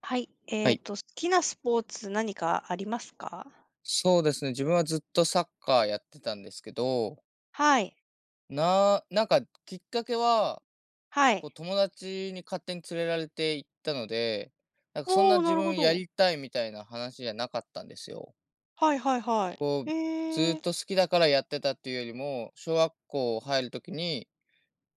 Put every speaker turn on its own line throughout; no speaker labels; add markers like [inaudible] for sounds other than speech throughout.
はい。
はい。
好きなスポーツ何かありますか？
そうですね、自分はずっとサッカーやってたんですけど、
はい。
なんかきっかけは、
は
こう
い。
友達に勝手に連れられて行ったので、なんかそん
お
な
お、な
自
るほ
分や
ど。
りたいみたいな話じゃなかったんですよ。
はいはいはい。
こ
え
う、ずーっ
ー
と好きだからやってたっていうよりも、小学校入る時に、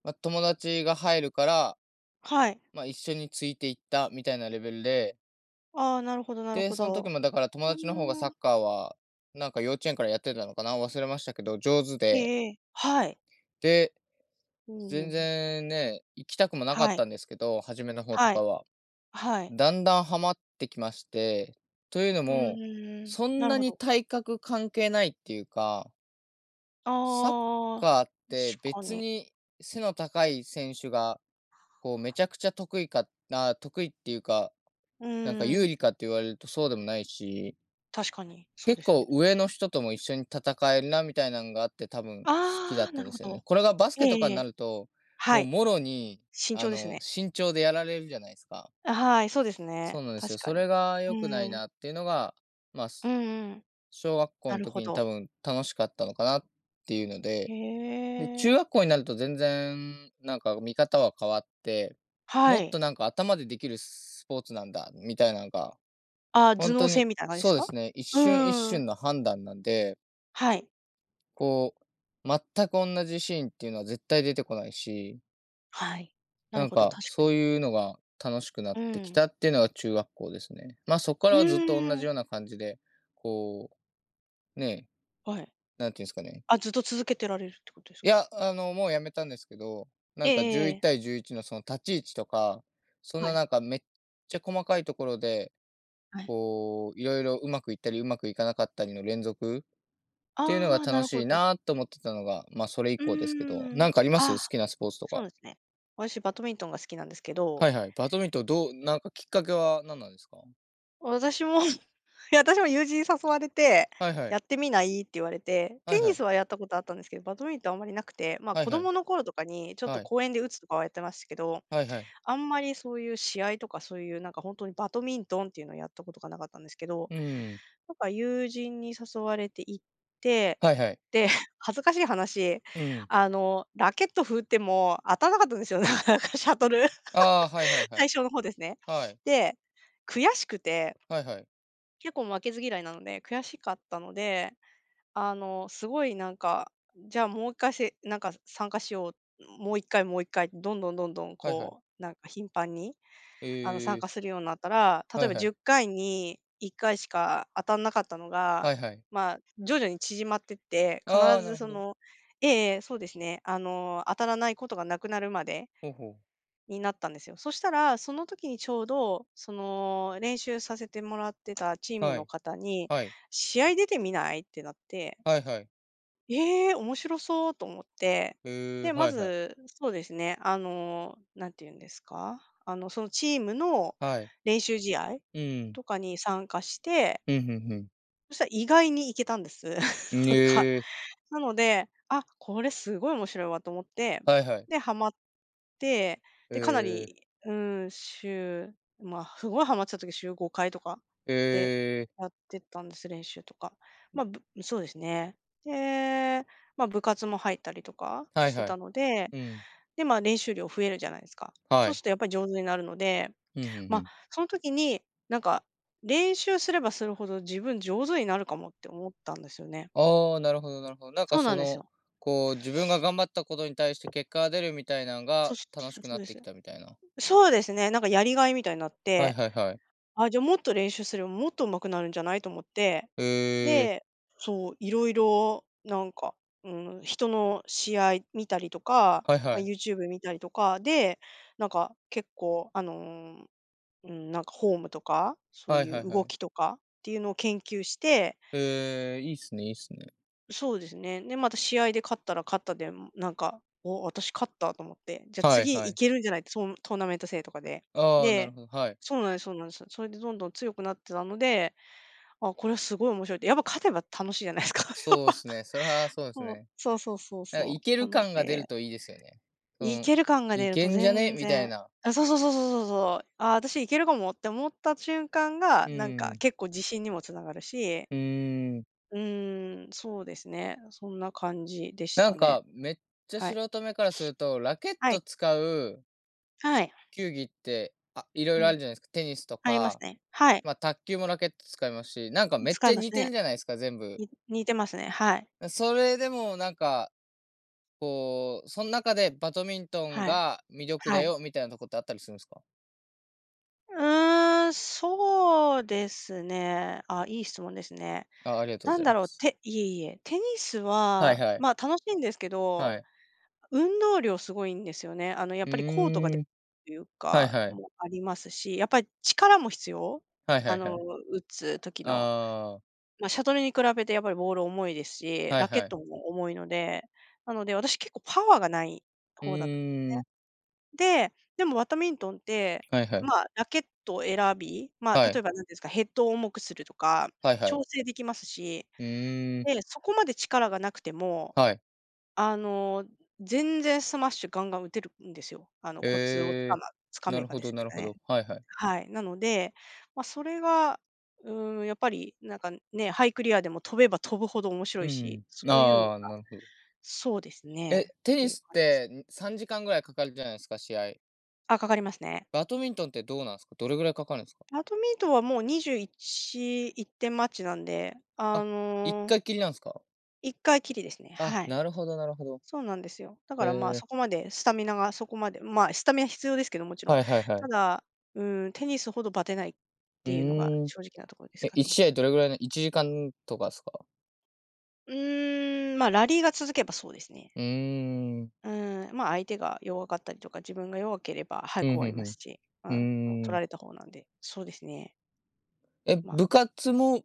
まあ、友達が入るから、
はい。
まあ、一緒についていったみたいなレベルで、
ああ、なるほどなる
で、
ほ
その時
ど。
もだから友
うー
達の方がサ
ん。
ッカーは、なんか幼稚園からやってたのかな、忘れましたけど、上手
え
で、
えええ、はい。
で
うんう
全
ん。
然ね、行きたくもなか
は
っ
い。
たんですけど、初めの方と
は
か
い。
は。
はい。
だんだんハマってきまして、というの
う
も、
んん
そん
なる
な
ほ
に
ど。
体格関係ないっていうか、サッ
ああ、
カーって
確か
別
に。
に背の高い選手が、こうめちゃくちゃ得意か、あ、得意っていうか、
う
なんか
ー
有
ん、
利かって言われるとそうでもないし、
確かに、そうで
結
すね。
構上の人とも一緒に戦えるなみたいなのがあって多分好きだ
ああ、
った
な
ん
る
で
ほ
すよね。
ど。
これがバス
え
ケと
え
か
え
に
え。
なると、
は
もう
い、
もろに、
慎
あ
重です
の、
ね。
身長でやられるじゃないですか。
はい、そうです
そ
ね、
うなんです
確
よ。
か
そ
に。
れが良くない
うん。
なっていうのが、まあ、
うんうん。
小学校
な
の
る
時
ほ
に多
ど。
分楽しかったのかなっていうので、
へ
で、中
え。
学校になると全然なんか見方は変わって、も
は
っ
い。
となんか頭でできるスポーツなんだみたいなのが、
あ、頭
本
脳
当
戦
に、
みたいな感じで
そ
す
うで
か？
すね、一
う
瞬一
ーん。
瞬の判断なんで
はい。
こう、全く同じシーンっていうのは絶対出てこないし、
はい。なる
なん
ほど、
か、
確か
そう
に。
いうのが楽しくな
う
ってき
ん。
たっていうのが中学校ですね。まあ、そこか
う
らはずっと同
ーん。
じような感じで、こう、ね、
はい。
なんていうんですかね。
あ、ずっと続けてられるってことです
い
か？
や、あの、もうやめたんですけど、
え
なん
ええ
か
ええ
11
え。
対11のその立ち位置とか、そん
は
な
い、
なんかめっちゃ細かいところで、
はい。
こう、いろいろうまくいったりうまくいかなかったりの連続っていうのが
ああ、な
楽
る
し
ほ
い
ど。
なと思ってたのが、まあ、それ以
う
降ですけど、
ー
な
ん。
んかあります？好
あ、
きなスポーツと
そう
か。
なんですね。私バドミントンが好きなんですけど、
はいはい。バドミントン、なんかきっかけは何なんですか？
私もいや、私も友人に誘われて、
はいは
「や
い。
ってみない？」って言われて、
は
テ
いは
ニ
い。
スはやったことあったんですけど、バドミントンあんまりなくて、まあ、
はい
子
はい。
供の頃とかにちょっと
はい。
公園で打つとかはやってましたけど、
はいはい。
あんまりそういう試合とかそういうなんか本当にバドミントンっていうのをやったことがなかったんですけど、
うーん。
なんか友人に誘われて行って、
はいはい。
で、[laughs] 恥ずかしい話、
うん。
ラケット振っても当たんなかったんですよ、なかなかシャトル。
ああ、はいはい
[laughs]
は
最
い。
初の方ですね。
はい。
で、悔しくて
はいはい。
結構負けず嫌いなので、悔しかったので、あの、すごいなんか、じゃあもう一回せなんか参加しよう、もう一回どんどんどんどん
はいはい。
こう、なんか頻繁に、
え
参加
え、
するようになったら、
は
例え
い
ば
はい。
10回に1回しか当たんなかったのが、
はいはい。
まあ、徐々に縮まってって、
あ
必
あ、な
ず
る
そ
ほど。
のええ、そうですね。当たらないことがなくなるまで
ほうほう。
になったんですよ。そしたら、その時にちょうど、その、練習させてもらってたチーム
は
の
い。
方に、
はい。
「試合出てみない？」ってなって、
はいはい。
ええー、面白そうと思って、
へえ、
で、ま
はいはい。
ず、そうですね、あの、なんて言うんですか、あの、そのチームの
はい。
練習試合
うん。
とかに参加して
うんふんふん。
そしたら意外にいけたんです。[laughs]
うん、
なんか。
ええ、
なので、あ、これすごい面白いわと思って、
はいはい。
で、ハマって、
え
で、かな
え、
り、ん、週まあ、すごいハマってた時週5回とかで
ええ、
やってたんです、練習とか。まあ、そうですね。で、まあ、部活も入ったりとか
はい
して
は
た
い。
ので、
うん。
で、練習量増えるじゃないですか。
は
そうす
い。
るとやっぱり上手になるので
うんふんふ
まあ、
ん。
その時に、なんか、練習すればするほど自分上手になるかもって思ったんですよね。
ああ、なるほどなるほど。なん
そ
か
うな
そ
んです
の、
よ。
こう、自分が頑張ったことに対して結果が出るみたいなの
そ
が
そ
楽しく
そ
な
う
っ
で
てき
す。
たみたいな。
そうですね、なんかやりがいみたいになっ
はい
て、
はいはい。
あ、じゃあもっと練習すればもっと上手くなるんじゃないと思って、
ええ、
で、そう、いろいろなんか、う人の試合見たりとか、
はい
ま
は
あ、
い。
YouTube 見たりとかで、なんか結構あの、うん、なんかフォームとか、そう
はい
い
は
う
いは
動
い。
きとかっていうのを研究して
ええ、いいっすねいいっすね。
そうですね。で、また試合で勝ったら勝ったで、なんか、お、私勝ったと思って、じゃあ
はい
次
は
い
い。
けるんじゃないって、トーナメント制とかで。
ああ、なる
で、
ほど、はい。
そうなんですそうなんです。それでどんどん強くなってたので、あ、これはすごい面白いって。やっぱ勝てば楽しいじゃないですか。[laughs] やっ
そう
ぱ。
っすね、それはそうです
そう、
ね。
そうそうそう
なんかい
そ
け
う。
る
なの
感が出る
で、
といいですよね。そ
い
の、
ける感が
い
出る
け
と
んじゃね、
全
みたい
然
な。
あ、そうそうそうそうそうそう。あ、私いけるかもって思った瞬間が、
う
なんか
ん。
結構自信にもつながるし、
うーん。
うーん、そうですね。そんな感じでし
な
た
ん
ね。
かめっちゃ
はい。
素人目からすると、ラケッ
はい。
ト使う
はい。
球技って、あ、いろい
う
ろあ
ん。
るじゃないですか。テニスと
あります
か、
ね。はい。
まあ、卓球もラケット使いますし、なんかめっ
使い
ちゃ
ま
似
す
てる
ね。
じゃないですか、全部。
に似てますね。はい。
それでもなんか、こう、その中でバドミントン
はい。
が魅力だ
はい。
よみたいなとこってあったりするんですか？
うーん、そうですね。あ、いい質問ですね。
あ、ありがとうご
なん
ざい
だ
ま
ろう、
す。
ていえいえ、テニス
はい
は、
はい。
まあ、楽しいんですけど、
はい。
運動量すごいんですよね。あの、や
う
っぱりコートが
ー
で
ん。
という
はい
か、
はい。
もありますし、やっぱり力も必要。
はいは
あ
いは
の、
い。
打つ時の。
ああ、
まあ、シャトルに比べてやっぱりボール重いですし、
はい
ラケッ
はい。
トも重いので、なので、私結構パワーがない
う
方だったんです
ー
ね。
ん。
で、でもバドミントンって、
はいはい。
まあ、ラケットを選び、まあ、
は
例え
い。
ば何ですか、ヘッドを重くするとか、
はいは
調
い。
整できますし、
うーん、
で、そこまで力がなくても、
はい。
あの、全然スマッシュガンガン打てるんですよ。あの、コツを
え
つか
ーな
め
る
ば
ほ
です
どな
け
る
ど
ほ
ね。
ど。はいはい。
はい。なので、まあ、それが、うーん、やっぱりなんかね、ハイクリアでも飛べば飛ぶほど面白
う
いし、
ん。
そういうの
ああ、
が
なるほど。
そうです
え、
ね、
テ
って
ニ
いう
スっ
感じです。
て、3時間ぐらいかかるじゃないですか、試合。
あ、かかりますね。
バドミントンってどうなんすか？どれぐらいかかるんすか？
バドミントンはもう21、1点マッチなんで、
あ、1回きりなんすか？
1回きりですね、
あ、
はい。
なるほどなるほど。
そうなんですよ。だか
へ
らまあ、
え、
そこまでスタミナがそこまで、まあ、スタミナ必要ですけど、もちろん。
はいはいは
た
い。
だ、うん、テニスほどバテないっ
う
ていうのが
ーん。
正直なところです
え、
か
1
ね。
試合どれぐらいの、1時間とかすか？
うーん、ま、ラリーが続けばそうですね。
うーん。
うん、まあ、相手が弱かったりとか、自分が弱ければ早
ふ
く
ん
終
ふ
わり
んふ
ます
ん。
し、う
う
ん、取
ー
ら
ん。
れた方なんで、そうですね。
え、
ま
部
あ、
活も、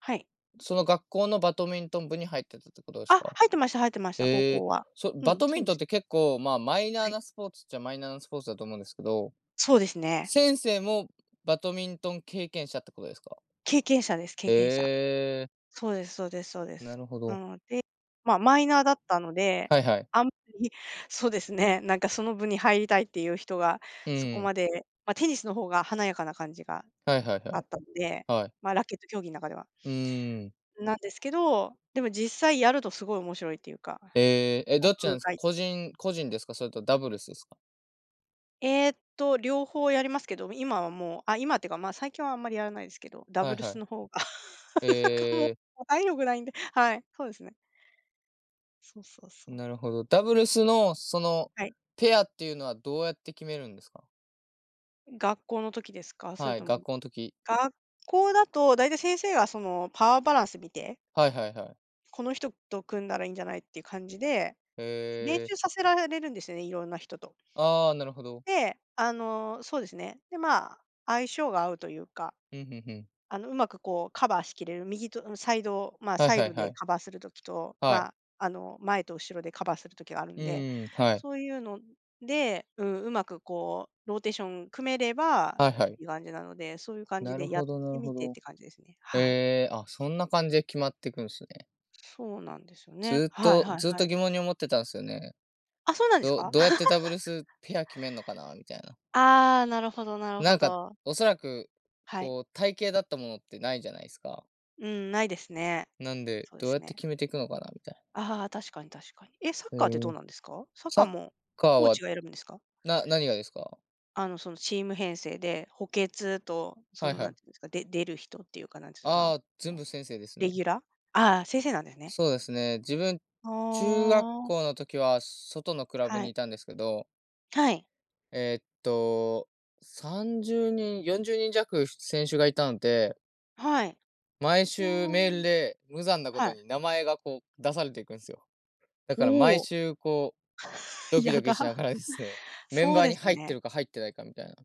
はい。
その学校のバドミントン部に入ってたってことです
あ、
か？
入ってました、入ってました、高
へえ、
校は。う
バ
ん、
ド
そ
ミ
う
ン
で
トンっ
す。
て結構、まあ、マイナー
はい。
なスポーツっちゃマイナーなスポーツだと思うんですけど、
そうですね。
先生もバドミントン経験者ってことですか？
経験者です、経
へ
験者。
え、
そうですそうですそうで
な
す。
るほ
な
ど。
ので、まあ、マイナーだったので、
はいはい。
あんまり、[laughs] そうですね、なんかその部に入りたいっていう人が、
う
そこ
ん。
まで、まあ、テニスの方が華やかな感じが
はいはい
あ
は
っ
い。
たので、
はい。
まあ、ラケット競技の中では。
うーん。
なんですけど、でも実際やるとすごい面白いっていうか、
ええ、え、どっち
奥
なんですか？
深い。
個人個人ですか？それとダブルスですか？
両方やりますけど、今はもう、あ、今っていうか、まあ、最近はあんまりやらないですけど、ダ
は
ブ
い
ル
は
ス
い。
の方が、[laughs] なんかも
ええ、
う、体力ないんで、はい、そうですね。そうそうそう。
なるほど。ダブルスのその
はい。
ペアっていうのはどうやって決めるんですか？
学校の時ですか？それ
はい、
とも
学校の時。
学校だと大体先生がそのパワーバランス見て、
はいはいはい。
この人と組んだらいいんじゃないっていう感じで、
え
練
え、
習させられるんですよね、いろんな人と。
ああ、なるほど。
で、そうですね。で、まあ、相性が合うというか、
うんうんうん。
うまくこうカバーしきれる、右と、サイド、まあ、
はい
サイ
はい
ド
は
で
い。
カバーするときと、
は
ま
い。
あ、あの、前と後ろでカバーするときがある
う
んで、
ーん、はい。
そういうので、うん、うまくこうローテーション組めれば
はいはい。
いい感じなので、そういう感じ
な
で
る
やっ
ほどな
て
る
み
ほ
てっ
ど。
て感じですね。はい。
ええ、あ、そんな感じで決まっていくんですね。
そうなんですよ
ず
ね。
ーっ
はい
と
はい
ずーっ
は
と
い。
疑問に思ってたんですよね。
あ、そうなんです
ど
か？
どうやっ
[laughs]
てダブルスペア決めんのかなみたいな。
ああ、なるほどなるほ
なんか、
ど。
おそらく、
はい。
こう、体型だったものってないじゃないですか。
うん、ないですね。
なんで、
そうで
どう
す
やって
ね。
決めていくのかなみたい
ああ、確かに確かに。え、サッ
な。え
カーってどう
ー
なんですか？サッ
サ
カー
ッ
も
カー
コー
は
チが選ぶんですか？
何がですか？
そのチーム編成で、補欠と、
はいは
なん
い。
ていうんですか、で出る人っていうか、なんていうんですか、
ああ、
あ
全
の、
部先生です
レ
ね。
ギュラー？ああ、先生なんですね。
そうですね。自分、中
あ
学
あ、
校の時は外のクラブ
は
にい
い。
たんですけど、
はい。
えーっと、30人、40人弱選手がいたので、
はい。
毎
う
週メール
ーん。
で無残なこ
は
と
い。
に名前がこう出されていくんですよ。だ
お
から毎
お、
週こう、
[laughs]
ドキ
や
ドキ
だ。
しながらですね、[laughs] メン
そう
バー
で
に
す
入って
ね。
るか入ってないかみたいな。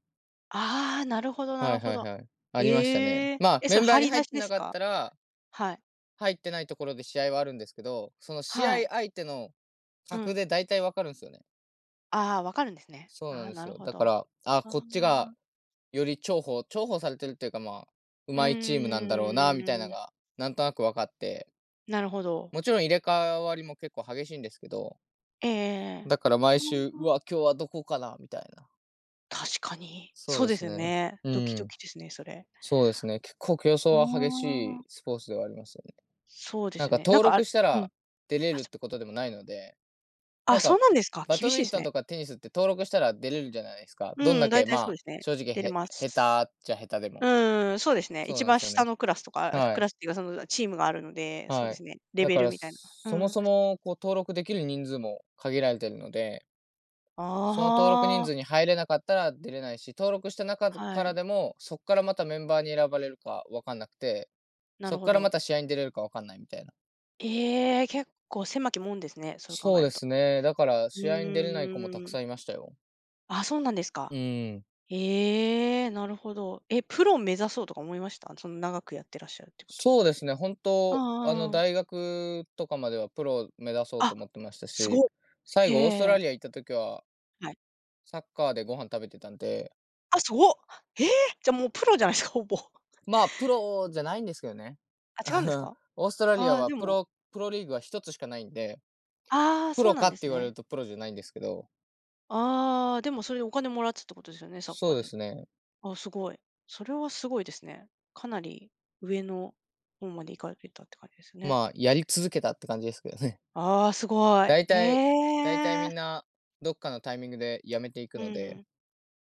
ああ、なるほどな
は
る
い
ほ
はい
ど。
はい。ありましたね。
ええ。
まあ、
え、そ
メ
れ
ンバ
張
ーに
り
入
出
っ
し
て
で
な
す
かっ
か？
たら、
はい。
入ってないところで試合はあるんですけど、その試
は
合
い。
相手の
う
格
ん。
で大体わかるんですよね。
ああ、分かるんですね。
そう
あ
なん
あ、
で
な
す
る
よ。
ほ
だか
ど。あ
ら、あ、こっちが
あ。
より重宝されてるっていうか、まあ、
うー
上手いチームなんだろうなみたいなの
ん、
が、なんとなく分かって、
なるほど。
もちろん入れ替わりも結構激しいんですけど、
ええええ
だから毎
う
週、う
ん。
わ、今日はどこかなみたいな。
確かに。
そ
そ
う
う
で
で
す
すよ
ね。
ね。
う
ドキド
ん、
キですね、それ。
そうですね。結構競争
うー
は激しい
ん、
スポーツではありますよね。
そうで
なん
す
か
ね。なん
登
か、あ
録した
うん。
ら出れ
あ、
るっ
そ
てことでもないので、
あ、
なん
そう
か
なんですか。
バ
厳
ド
しい
ミ
で
ン
す
トン
ね。
とかテニスって登録したら出れるじゃないですか。どん
うん、
だ
大
け、
体そう
ま
で
あ、
すね。
正直
出れます。
下手っちゃ下手で
う
も。
ーん、そうですね。
そう
一
なんで
番
すよ
下
ね。
のクラスとか、
は
ク
い、
ラスっていうか、そのチームがあるので、そう
は
で
い。
すね、レ
だ
ベ
か
ル
ら、
みたいな。う
そも
ん。
そも、こう、登録できる人数も限られてるので、その登録人
あ
数
あ、
に入れなかったら出れないし、登録した中
は
から
い。
でも、そっからまたメンバーに選ばれるか分かんなくて、
な
そ
る
っ
ほ
からま
ど。
た試合に出れるか分かんないみたいな。
ええ、結構狭き門ですね、そう考
そう
える
で
と。
すね、だから
う
試合に出れない子もたく
ーん。
さんいましたよ。
あ、そうなんです
う
か。
ん。
ええ、なるほど。え、プロ目指そうとか思いました？その長くやってらっしゃるってこと。
そうですね、本
うん
当、
うんうん。
大学とかまではプロを目指そう
あ、
と思ってました
す
し、
ご。
最
い。え
後オーストラリア
え
行った時は、
はい。
サッカーでご飯食べてたんで、
あ、すごっ。ええ、じゃもうプロじゃないですか、ほぼ。
まあ、プロじゃないんですけどね。
あ、違うんです
[laughs]
か？
オーストラリ
あ
ア
あ、
は
で
プ
も
ロプロリーグは一つしかないんで、
ああ、
プ
そう
ロ
な
か
ん
っ
で
て
す
言われ
ね。
るとプロじゃないんですけど、
ああ、でもそれでお金もらってたってことですよね、サッカ
そ
ー
うで
で。
すね、
あ、すごい。それはすごいですね。かなり上の方まで行かれてたって感じですね。
まあ、やり続けたって感じですけどね。[laughs]
ああ、すごい。
大体大体
へえ。
みんな、どっかのタイミングで辞めていく
う
ので、
ん。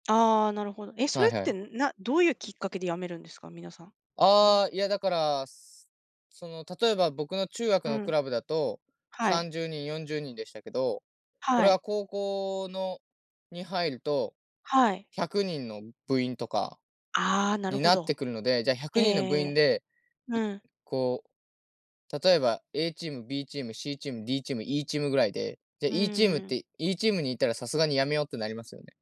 ああ、なるほど。え、そ
は
れ
い
っ
は
て
い。
などういうきっかけで辞めるんですか？皆さん。うん。
ああ、いやだから、その、例えば僕の中学
う
のク
ん。
ラブだと、
はい。
30人、40人でしたけど、こ
は
れは
い。
高校のに入ると、
はい。
100人の部員とか
ああ、なる
に
ほ
なっ
ど。
てくるので、じゃあ100
え
人の部員
え
で、
う
い
ん。
こう、例えば A チーム、B チーム、C チーム、D チーム、E チームぐらいで、じゃあ
う ーん。
E チームにいたらさすがにやめようってなりますよね。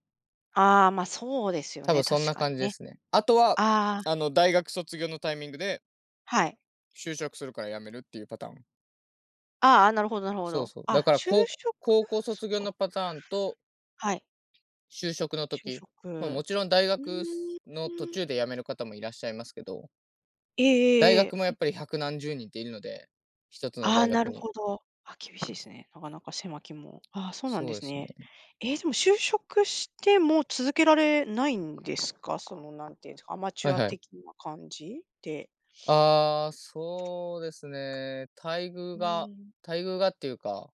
ああ、ま、あそうですよ
多
ね、
分そん
確
な
かに
感じで
ね。
すね。あとは、
ああ、
大学卒業のタイミングで
はい。
就職するから辞めるっていうパターン。
ああ、なるほどなるほ
そう
ど。
そう。だから高校
職
高校
そっ
卒業
か。
のパターンと
はい、
就職の
就
時、
職。
まあ、もちろん大
うー
学
ん。
の途中で辞める方もいらっしゃいますけど、
ええ
大
ええ
学も
え
や
え。
っぱり百何十人っているので、一つの
ああ、
大
な
学
るほ
に。
ど。あ、厳しいですね。なかなか狭き門。ああ、そうなん
そ
で
うで
す
す
ね。
ね。
えーでも就職しても続けられないんですか？なんていうんですか、アマチ
は
ュ
い
ア
は
的
い。
な感じで。
ああ、そうですね。待遇
う
が
ーん。
待遇がっていうか、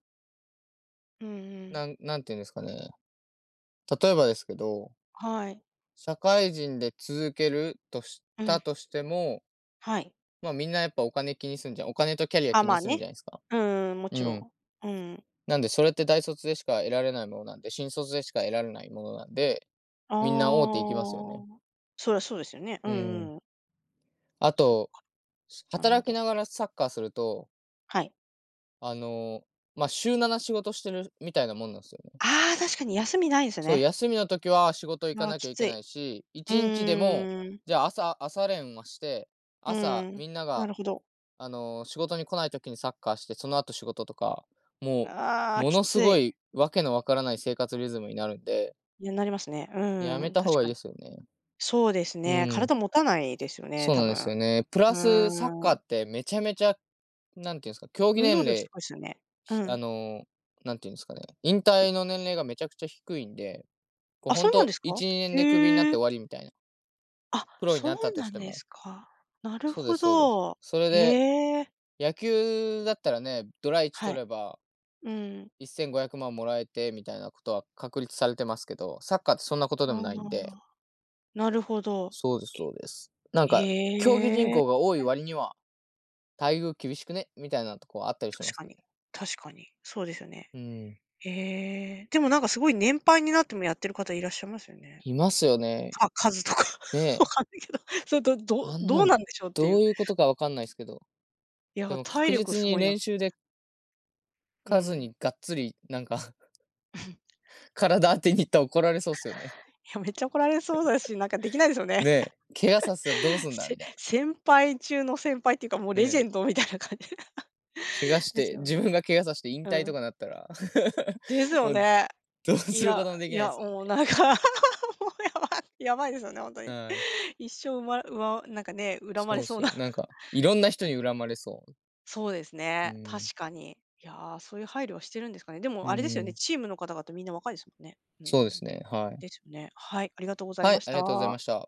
うんうん。
なんていうんですかね。例えばですけど、
はい。
社会人で続けるとし
う
た
ん、
としても、
はい。
ま、みんなやっぱお金とキャリア
あ、
気
ま
に
あ
するんじゃ
ね。
ないですか。
うんうん、も
う
ちろ
ん。
ん。うん。
なんでそれって大卒でしか得られないものなんで、新卒でしか得られないものなんで、
あ
みんな大手行きますよね。
あ。そりゃそうですよね。う
う
ん
ん。
うん。
あ
そっ
と、
か、なるほ
働き
ど。
ながらサッカーすると、
はい。
あの、まあ、週7仕事してるみたいなもんなんですよね。
ああ、確かに休みないです
そう、
ね。
休みの時は仕事行か
ああ、
なき
き
ゃい
つ
けな
い。
いし、
う
1日でも、
ーん。
じゃあ、朝練はして、
う
朝
ん、
みんな
な
が、
るほど。
仕事に来ない時にサッカーして、その後仕事とか、も
ああ、
も
き
のす
つ
ご
い。
いわけのわからない生活リズムになるんで、
いや、なりますね。
や
う
め
ん、
た方
確
がい
か
いで
に。
すよね。
そうです
う
ね。
ん、
体持たないですよね、
そう
多
なんです
分。
よね。プラ
う
スサッカ
ー
ー
ん。
ってめちゃめちゃ、なんていうんですか、競技
運
年
動量す
齢、
ごいですよね。う
ひあ
ん。
の、なんていうんですかね、引退の年齢がめちゃくちゃ低いんで、こう
あ、
ほ
そ
ん
うなん
と、
ですか？
1、2年でクビになっ
へ
て
え。
終わりみたいな。
あ、
プロに
そ
なっ
う
たと
な
し
ん
て
で
も。
すか。なる
そうで
ほ
すそうです。
ど。
それで、
へえ。
野球だったらね、ドラ1
は
取
い。
れば
うん。
1500万もらえてみたいなことは確立されてますけど、サッカーってそんなこと
あ
でも
あ、
ないんで。
なるほど。
そうですそうです。なんか、競技人
へえ。
口が多い割には、待遇厳しくね、みたいなとこあったりしま
確
す
か
けど
に
ね。
確かに。そうですよね。
うん。
へえ。でもなんかすごい年配になってもやってる方いらっしゃいますよね。
いますよね。
か数とか [laughs]、わ
ねえ。
かんないけど、[laughs] それど
あ
ど
ん
ど
な
う
ん、
なんでしょうってい
ど
う。
ういうことかわかんないすけど、
い
で
や、
も
体
確
力
実
す
に
ごいなっ
練
て。
習で
う
数
ん。
にがっつり、なんか
[laughs]
体当てに行ったら怒られそうっすよね。
いや、めっちゃ怒られそうだし、なんかできないですよね。
ねえ、怪我させたらどう
[laughs]
すんだみたいな。
先輩中の先輩っていうか、もう
ね
レジェ
え、
ンドみたいな感じ
怪我
[laughs]。
し
です
て、
よ
自
ね。
分が怪我させて引
う
退と
ん。
かなったら
です
[laughs]
よ
もう
ね。
どう
い
するこ
や、
ともで
い
きないで
や、
すもん
も
ね。
うなんか [laughs]、もうやばいですよね、本当に。
はい。
一生うまうわなんかね、恨ま
そう
れ
っ
そう
すよ。
な
なんか、いろ
[laughs]
んな
確
人
かに。
に恨まれそう。
そうです
う
ね、
ん。
確かに。いやー、そういう配慮はしてるんですかね。で
う
もあれですよね、
ん。
チームの方々みんな若いですもんね。うん。
そうですね。はい。
ですよね。はい、ありがとうござい
は
ま
い、
し
ありがとうござい
た。
ました。